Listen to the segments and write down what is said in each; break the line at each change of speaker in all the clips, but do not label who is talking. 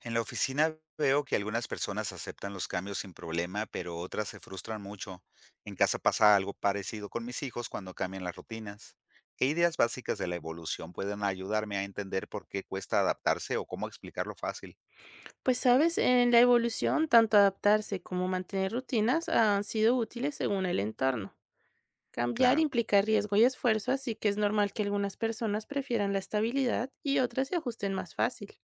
En la oficina veo que algunas personas aceptan los cambios sin problema, pero otras se frustran mucho. En casa pasa algo parecido con mis hijos cuando cambian las rutinas. ¿Qué ideas básicas de la evolución pueden ayudarme a entender por qué cuesta adaptarse o cómo explicarlo fácil?
Pues sabes, en la evolución, tanto adaptarse como mantener rutinas han sido útiles según el entorno. Cambiar
Claro.
implica riesgo y esfuerzo, así que es normal que algunas personas prefieran la estabilidad y otras se ajusten más fácil.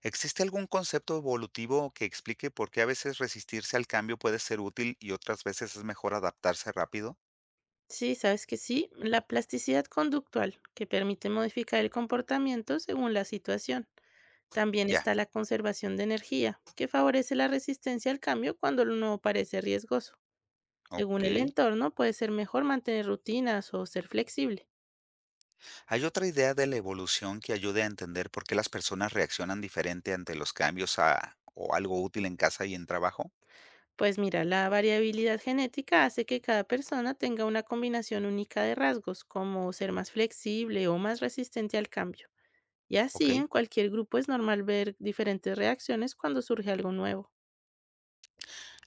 ¿Existe algún concepto evolutivo que explique por qué a veces resistirse al cambio puede ser útil y otras veces es mejor adaptarse rápido?
Sí, sabes que sí, la plasticidad conductual, que permite modificar el comportamiento según la situación. También
Ya,
está la conservación de energía, que favorece la resistencia al cambio cuando lo nuevo parece riesgoso.
ok.
Según el entorno, puede ser mejor mantener rutinas o ser flexible.
¿Hay otra idea de la evolución que ayude a entender por qué las personas reaccionan diferente ante los cambios a, o algo útil en casa y en trabajo?
Pues mira, la variabilidad genética hace que cada persona tenga una combinación única de rasgos, como ser más flexible o más resistente al cambio. Y
Ok.
así, en cualquier grupo es normal ver diferentes reacciones cuando surge algo nuevo.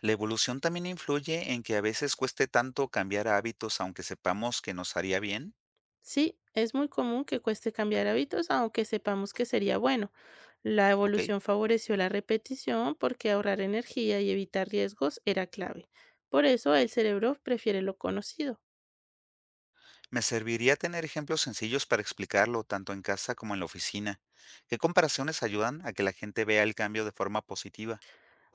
La evolución también influye en que a veces cueste tanto cambiar hábitos aunque sepamos que nos haría bien.
Sí, es muy común que cueste cambiar hábitos, aunque sepamos que sería bueno. La
Ok.
evolución favoreció la repetición porque ahorrar energía y evitar riesgos era clave. Por eso el cerebro prefiere lo conocido.
Me serviría tener ejemplos sencillos para explicarlo tanto en casa como en la oficina. ¿Qué comparaciones ayudan a que la gente vea el cambio de forma positiva?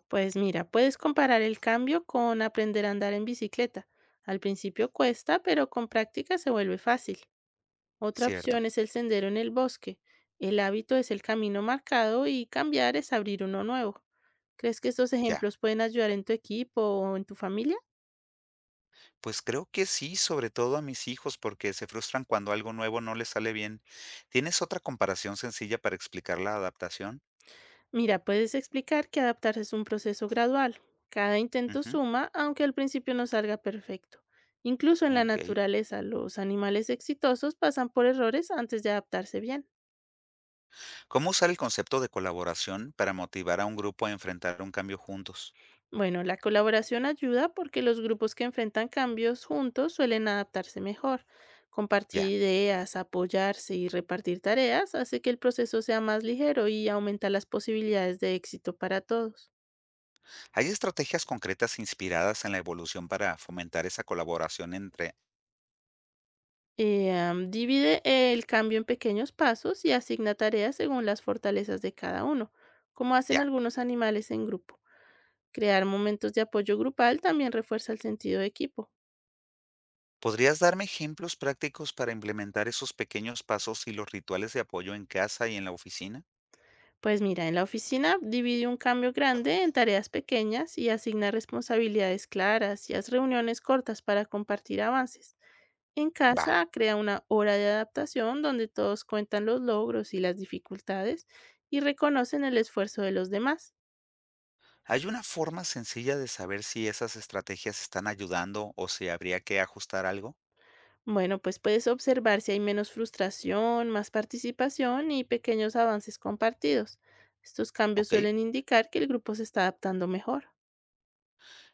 Pues mira, puedes comparar el cambio con aprender a andar en bicicleta. Al principio cuesta, pero con práctica se vuelve fácil. Otra
Cierto.
opción es el sendero en el bosque. El hábito es el camino marcado y cambiar es abrir uno nuevo. ¿Crees que estos
Ya.
ejemplos pueden ayudar en tu equipo o en tu familia?
Pues creo que sí, sobre todo a mis hijos, porque se frustran cuando algo nuevo no les sale bien. ¿Tienes otra comparación sencilla para explicar la adaptación?
Mira, puedes explicar que adaptarse es un proceso gradual. Cada intento
Ujú,
suma, aunque al principio no salga perfecto. Incluso en la
ok.
naturaleza, los animales exitosos pasan por errores antes de adaptarse bien.
¿Cómo usar el concepto de colaboración para motivar a un grupo a enfrentar un cambio juntos?
Bueno, la colaboración ayuda porque los grupos que enfrentan cambios juntos suelen adaptarse mejor. Compartir
Ya.
ideas, apoyarse y repartir tareas hace que el proceso sea más ligero y aumenta las posibilidades de éxito para todos.
¿Hay estrategias concretas inspiradas en la evolución para fomentar esa colaboración entre...
Divide el cambio en pequeños pasos y asigna tareas según las fortalezas de cada uno, como hacen
Ya.
algunos animales en grupo. Crear momentos de apoyo grupal también refuerza el sentido de equipo.
¿Podrías darme ejemplos prácticos para implementar esos pequeños pasos y los rituales de apoyo en casa y en la oficina?
Pues mira, en la oficina divide un cambio grande en tareas pequeñas y asigna responsabilidades claras y haz reuniones cortas para compartir avances. En
Va.
casa crea una hora de adaptación donde todos cuentan los logros y las dificultades y reconocen el esfuerzo de los demás.
¿Hay una forma sencilla de saber si esas estrategias están ayudando o si habría que ajustar algo?
Bueno, pues puedes observar si hay menos frustración, más participación y pequeños avances compartidos. Estos cambios
¿Ok?
suelen indicar que el grupo se está adaptando mejor.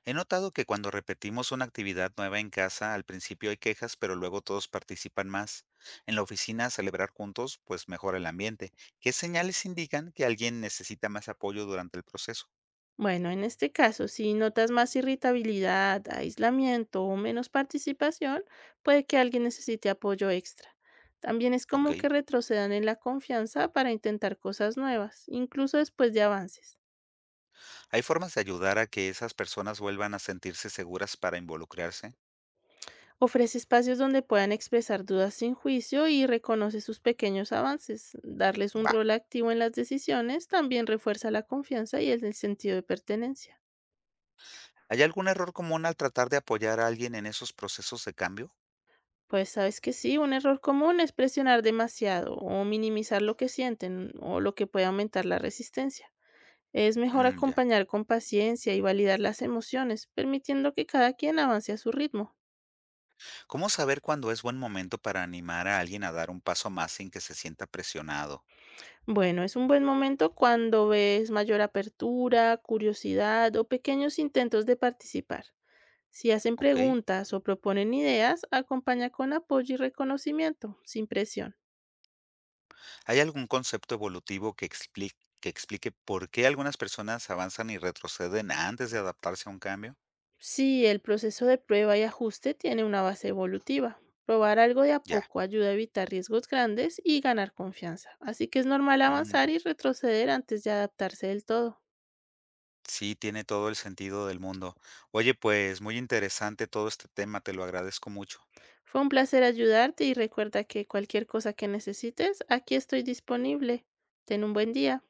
He notado que cuando repetimos una actividad nueva en casa, al principio hay quejas, pero luego todos participan más. En la oficina, celebrar juntos, pues mejora el ambiente. ¿Qué señales indican que alguien necesita más apoyo durante el proceso?
Bueno, en este caso, si notas más irritabilidad, aislamiento o menos participación, puede que alguien necesite apoyo extra. También es
¿Ok?
como que retrocedan en la confianza para intentar cosas nuevas, incluso después de avances.
¿Hay formas de ayudar a que esas personas vuelvan a sentirse seguras para involucrarse?
Ofrece espacios donde puedan expresar dudas sin juicio y reconoce sus pequeños avances. Darles un
Va.
rol activo en las decisiones también refuerza la confianza y el sentido de pertenencia.
¿Hay algún error común al tratar de apoyar a alguien en esos procesos de cambio?
Pues sabes que sí, un error común es presionar demasiado o minimizar lo que sienten o lo que puede aumentar la resistencia. Es mejor
Mm, ya.
acompañar con paciencia y validar las emociones, permitiendo que cada quien avance a su ritmo.
¿Cómo saber cuándo es buen momento para animar a alguien a dar un paso más sin que se sienta presionado?
Bueno, es un buen momento cuando ves mayor apertura, curiosidad o pequeños intentos de participar. Si hacen
¿Ok?
preguntas o proponen ideas, acompaña con apoyo y reconocimiento, sin presión.
¿Hay algún concepto evolutivo que explique por qué algunas personas avanzan y retroceden antes de adaptarse a un cambio?
Sí, el proceso de prueba y ajuste tiene una base evolutiva. Probar algo de a
Ya.
poco ayuda a evitar riesgos grandes y ganar confianza. Así que es normal
Mm,
avanzar y retroceder antes de adaptarse del todo.
sí, tiene todo el sentido del mundo. Oye, pues muy interesante todo este tema, te lo agradezco mucho.
Fue un placer ayudarte y recuerda que cualquier cosa que necesites, aquí estoy disponible. Ten un buen día.